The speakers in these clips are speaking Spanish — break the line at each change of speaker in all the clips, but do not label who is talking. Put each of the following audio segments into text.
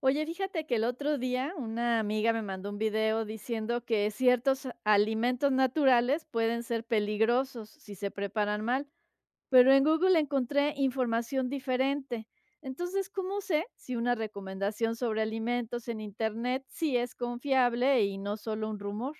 Oye, fíjate que el otro día una amiga me mandó un video diciendo que ciertos alimentos naturales pueden ser peligrosos si se preparan mal, pero en Google encontré información diferente. Entonces, ¿cómo sé si una recomendación sobre alimentos en Internet sí es confiable y no solo un rumor?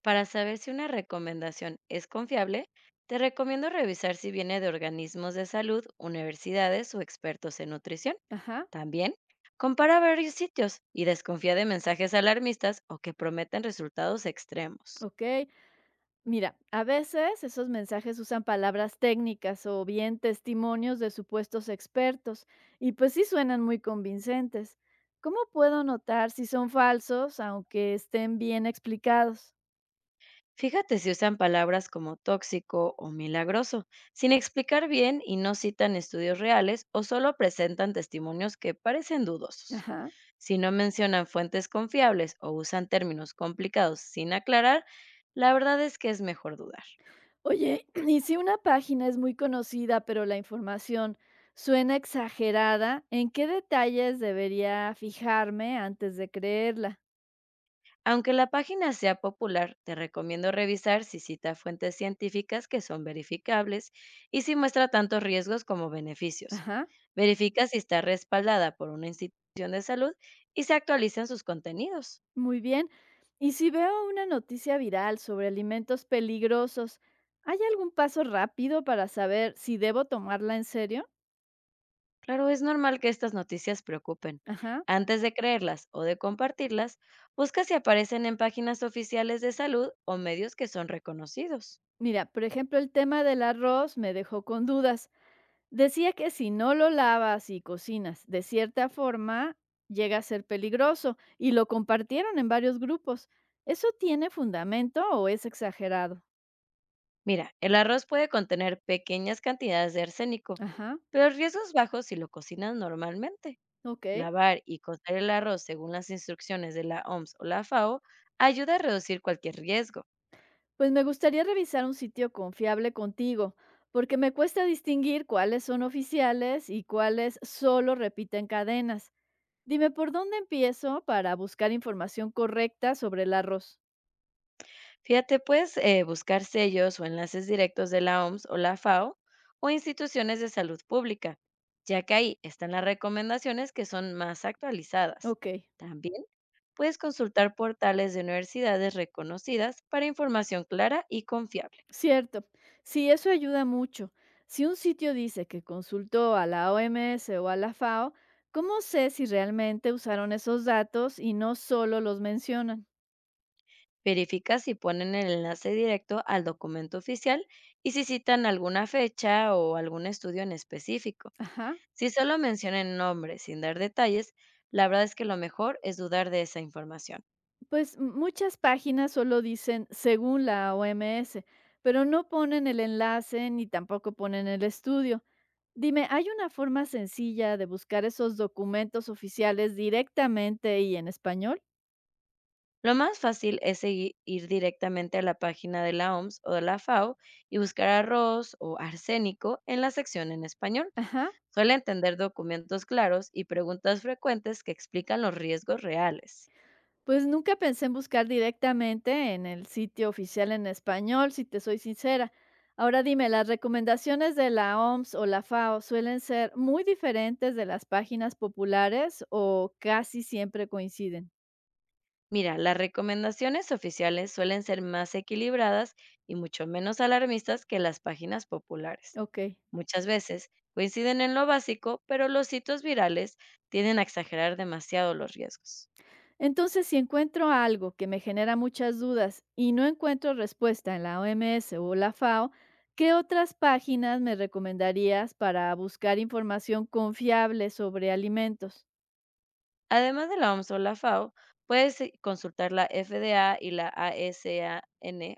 Para saber si una recomendación es confiable, te recomiendo revisar si viene de organismos de salud, universidades o expertos en nutrición.
Ajá,
También, compara varios sitios y desconfía de mensajes alarmistas o que prometen resultados extremos.
ok. Mira, a veces esos mensajes usan palabras técnicas o bien testimonios de supuestos expertos, y pues sí suenan muy convincentes. ¿Cómo puedo notar si son falsos, aunque estén bien explicados?
Fíjate si usan palabras como tóxico o milagroso, sin explicar bien y no citan estudios reales o solo presentan testimonios que parecen dudosos.
Ajá.
Si no mencionan fuentes confiables o usan términos complicados sin aclarar, la verdad es que es mejor dudar.
Oye, y si una página es muy conocida, pero la información suena exagerada, ¿en qué detalles debería fijarme antes de creerla?
Aunque la página sea popular, te recomiendo revisar si cita fuentes científicas que son verificables y si muestra tantos riesgos como beneficios.
Ajá.
Verifica si está respaldada por una institución de salud y se actualizan sus contenidos.
Muy bien. Y si veo una noticia viral sobre alimentos peligrosos, ¿hay algún paso rápido para saber si debo tomarla en serio?
Claro, es normal que estas noticias preocupen.
Ajá.
Antes de creerlas o de compartirlas, busca si aparecen en páginas oficiales de salud o medios que son reconocidos.
Mira, por ejemplo, el tema del arroz me dejó con dudas. Decía que si no lo lavas y cocinas de cierta forma, llega a ser peligroso y lo compartieron en varios grupos. ¿Eso tiene fundamento o es exagerado?
Mira, el arroz puede contener pequeñas cantidades de arsénico,
Ajá,
pero riesgos bajos si lo cocinas normalmente.
ok.
Lavar y cocer el arroz según las instrucciones de la OMS o la FAO ayuda a reducir cualquier riesgo.
Pues me gustaría revisar un sitio confiable contigo, porque me cuesta distinguir cuáles son oficiales y cuáles solo repiten cadenas. Dime, ¿por dónde empiezo para buscar información correcta sobre el arroz?
Fíjate, puedes buscar sellos o enlaces directos de la OMS o la FAO o instituciones de salud pública, ya que ahí están las recomendaciones que son más actualizadas.
Ok,
También puedes consultar portales de universidades reconocidas para información clara y confiable.
cierto. Sí, eso ayuda mucho. Si un sitio dice que consultó a la OMS o a la FAO, ¿cómo sé si realmente usaron esos datos y no solo los mencionan?
Verifica si ponen el enlace directo al documento oficial y si citan alguna fecha o algún estudio en específico.
Ajá.
Si solo mencionan nombres sin dar detalles, la verdad es que lo mejor es dudar de esa información.
Pues muchas páginas solo dicen según la OMS, pero no ponen el enlace ni tampoco ponen el estudio. Dime, ¿hay una forma sencilla de buscar esos documentos oficiales directamente y en español?
Lo más fácil es ir directamente a la página de la OMS o de la FAO y buscar arroz o arsénico en la sección en español.
Ajá.
Suelen tener documentos claros y preguntas frecuentes que explican los riesgos reales.
Pues nunca pensé en buscar directamente en el sitio oficial en español, si te soy sincera. Ahora dime, ¿las recomendaciones de la OMS o la FAO suelen ser muy diferentes de las páginas populares o casi siempre coinciden?
Mira, las recomendaciones oficiales suelen ser más equilibradas y mucho menos alarmistas que las páginas populares.
Ok.
Muchas veces coinciden en lo básico, pero los sitios virales tienden a exagerar demasiado los riesgos.
Entonces, si encuentro algo que me genera muchas dudas y no encuentro respuesta en la OMS o la FAO, ¿qué otras páginas me recomendarías para buscar información confiable sobre alimentos?
Además de la OMS o la FAO, puedes consultar la FDA y la ASAN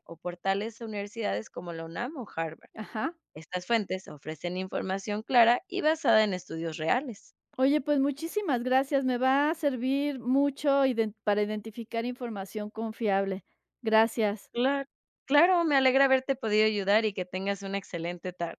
o portales de universidades como la UNAM o Harvard.
Ajá.
Estas fuentes ofrecen información clara y basada en estudios reales.
Oye, pues muchísimas gracias. Me va a servir mucho para identificar información confiable. Gracias.
Claro, claro, me alegra haberte podido ayudar y que tengas una excelente tarde.